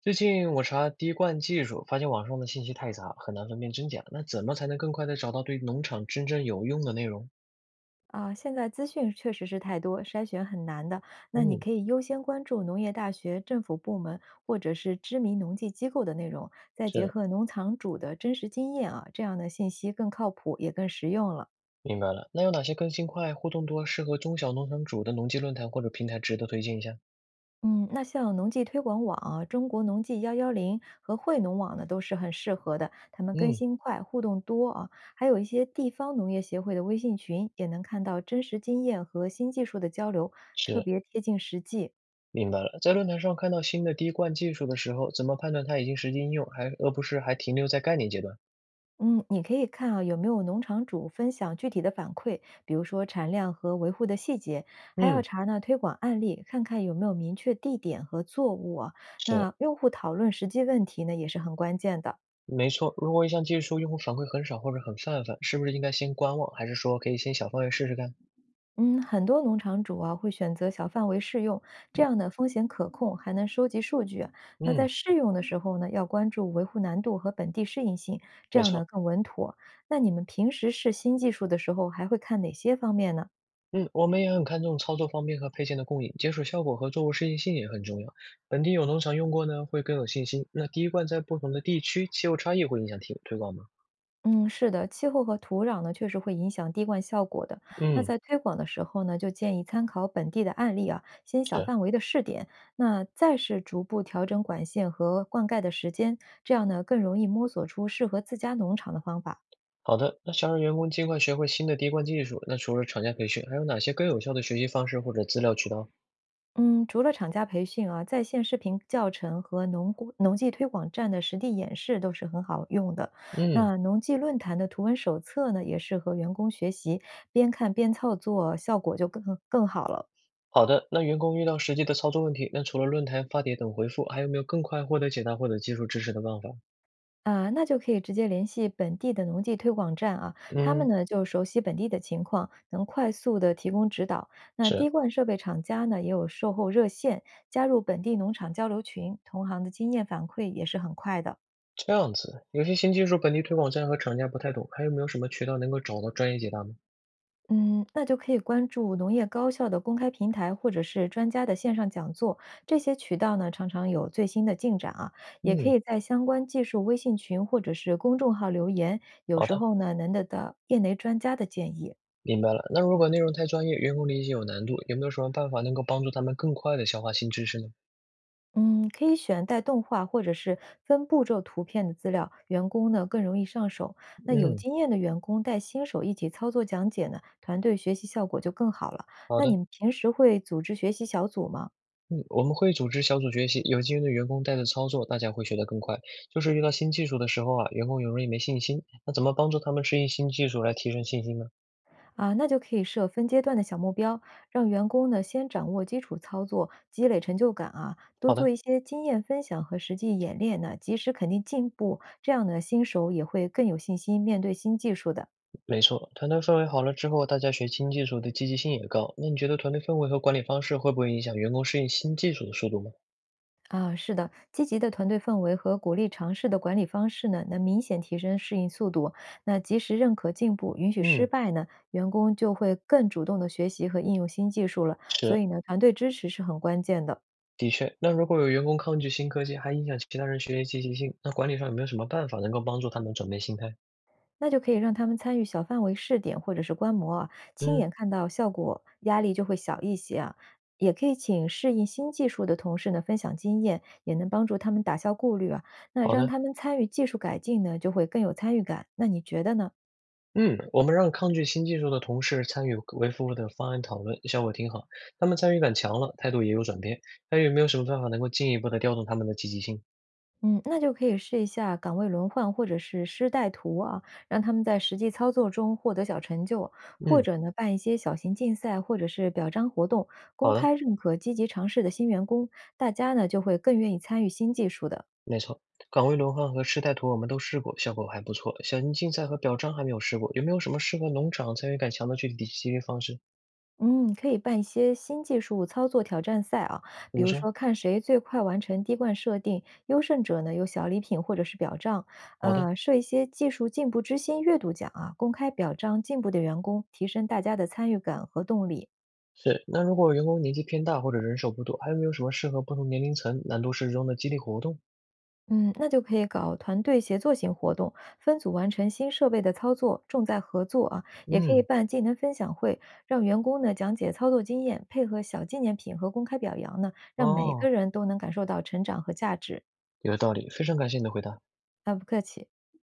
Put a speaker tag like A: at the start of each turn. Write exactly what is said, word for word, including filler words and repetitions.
A: 最近我查滴灌技术，发现网上的信息太杂，很难分辨真假。那怎么才能更快的找到对农场真正有用的内容？
B: 啊，现在资讯确实是太多，筛选很难的。那你
A: 嗯，
B: 可以优先关注农业大学、政府部门或者是知名农技机构的内容，再结
A: 是，
B: 合农场主的真实经验啊，这样的信息更靠谱，也更实用了。
A: 明白了。那有哪些更新快、互动多、适合中小农场主的农机论坛或者平台值得推荐一下？
B: 嗯，那像农技推广网啊、中国农技幺幺零和惠农网呢，都是很适合的。他们更
A: 嗯，
B: 新快，互动多啊，还有一些地方农业协会的微信群，也能看到真实经验和新技术的交流，特
A: 是，
B: 别贴近实际。
A: 明白了。在论坛上看到新的滴灌技术的时候，怎么判断它已经实际应用，还而不是还停留在概念阶段？
B: 嗯，你可以看啊，有没有农场主分享具体的反馈，比如说产量和维护的细节，还要
A: 嗯，
B: 查呢推广案例，看看有没有明确地点和作物啊。
A: 是，
B: 那用户讨论实际问题呢，也是很关键的。
A: 没错，如果一项技术用户反馈很少或者很泛泛，是不是应该先观望，还是说可以先小范围试试看？
B: 嗯，很多农场主啊会选择小范围试用，这样呢风险可控，还能收集数据啊。那在
A: 嗯，
B: 试用的时候呢，要关注维护难度和本地适应性，这
A: 没
B: 样呢
A: 错，
B: 更稳妥。那你们平时试新技术的时候，还会看哪些方面呢？
A: 嗯，我们也很看重操作方便和配件的供应，解暑效果和作物适应性也很重要。本地有农场用过呢，会更有信心。那滴灌在不同的地区，气候差异会影响提推广吗？
B: 嗯，是的，气候和土壤呢，确实会影响滴灌效果的。那
A: 嗯，
B: 在推广的时候呢，就建议参考本地的案例啊，先小
A: 是。
B: 范围的试点，那再是逐步调整管线和灌溉的时间，这样呢，更容易摸索出适合自家农场的方法。
A: 好的，那想让员工尽快学会新的滴灌技术，那除了厂家培训，还有哪些更有效的学习方式或者资料渠道？
B: 嗯，除了厂家培训啊，在线视频教程和农工农技推广站的实地演示都是很好用的。
A: 嗯，
B: 那农技论坛的图文手册呢，也适合员工学习，边看边操作，效果就更更好了。
A: 好的。那员工遇到实际的操作问题，那除了论坛、发帖等回复，还有没有更快获得解答或者技术支持的办法？
B: 啊，那就可以直接联系本地的农技推广站啊，他们
A: 嗯，
B: 呢就熟悉本地的情况，能快速的提供指导。那
A: 是。
B: 滴灌设备厂家呢也有售后热线，加入本地农场交流群，同行的经验反馈也是很快的。
A: 这样子，有些新技术本地推广站和厂家不太懂，还有没有什么渠道能够找到专业解答吗？
B: 嗯，那就可以关注农业高校的公开平台，或者是专家的线上讲座，这些渠道呢常常有最新的进展啊。也可
A: 嗯，
B: 以在相关技术微信群或者是公众号留言，有
A: 好
B: 时
A: 的，
B: 候呢能得到业内专家的建议。
A: 明白了。那如果内容太专业，员工理解有难度，有没有什么办法能够帮助他们更快的消化新知识呢？
B: 嗯，可以选带动画或者是分步骤图片的资料，员工呢更容易上手。那有
A: 嗯，
B: 经验的员工带新手一起操作讲解呢，团队学习效果就更好了。
A: 好
B: 那你
A: 的，
B: 们平时会组织学习小组吗？
A: 嗯，我们会组织小组学习，有经验的员工带着操作，大家会学得更快。就是遇到新技术的时候啊，员工有容易没信心，那怎么帮助他们适应新技术来提升信心呢？
B: 啊，那就可以设分阶段的小目标，让员工呢先掌握基础操作，积累成就感啊，多
A: 好
B: 做
A: 的。
B: 一些经验分享和实际演练呢，及时肯定进步，这样呢新手也会更有信心面对新技术的。
A: 没错，团队氛围好了之后，大家学新技术的积极性也高。那你觉得团队氛围和管理方式会不会影响员工适应新技术的速度吗？
B: 啊，是的，积极的团队氛围和鼓励尝试的管理方式呢，能明显提升适应速度。那及时认可进步，允许失
A: 嗯，
B: 败呢，员工就会更主动的学习和应用新技术了。所
A: 是，
B: 以呢，团队支持是很关键的。
A: 的确。那如果有员工抗拒新科技，还影响其他人学习积极性，那管理上有没有什么办法能够帮助他们转变心态？
B: 那就可以让他们参与小范围试点或者是观摩啊，亲
A: 嗯，
B: 眼看到效果，压力就会小一些啊。也可以请适应新技术的同事呢分享经验，也能帮助他们打消顾虑啊。那
A: 好
B: 让
A: 的。
B: 他们参与技术改进呢，就会更有参与感。那你觉得呢？
A: 嗯，我们让抗拒新技术的同事参与为服务的方案讨论，效果挺好。他们参与感强了，态度也有转变。还有没有什么办法能够进一步的调动他们的积极性？
B: 嗯，那就可以试一下岗位轮换或者是师带徒啊，让他们在实际操作中获得小成就，或
A: 嗯，
B: 者呢办一些小型竞赛或者是表彰活动，公
A: 好的。
B: 开认可积极尝试的新员工，大家呢就会更愿意参与新技术的。
A: 没错，岗位轮换和吃带图我们都试过，效果还不错。小型竞赛和表彰还没有试过，有没有什么适合农场参与感强的具体激励方式？
B: 嗯，可以办一些新技术操作挑战赛啊，
A: 怎
B: 比
A: 么
B: 如
A: 说？
B: 说看谁最快完成滴灌设定，优胜者呢有小礼品或者是表彰，
A: 好的，
B: 呃，设一些技术进步之星阅读奖啊，公开表彰进步的员工，提升大家的参与感和动力。
A: 是。那如果员工年纪偏大或者人手不多，还有没有什么适合不同年龄层、难度适中的激励活动？
B: 嗯，那就可以搞团队协作型活动，分组完成新设备的操作，重在合作啊。也可以
A: 嗯，
B: 办技能分享会，让员工呢讲解操作经验，配合小纪念品和公开表扬呢，让每个
A: 哦，
B: 人都能感受到成长和价值。
A: 有道理，非常感谢你的回答。
B: 啊，不客气。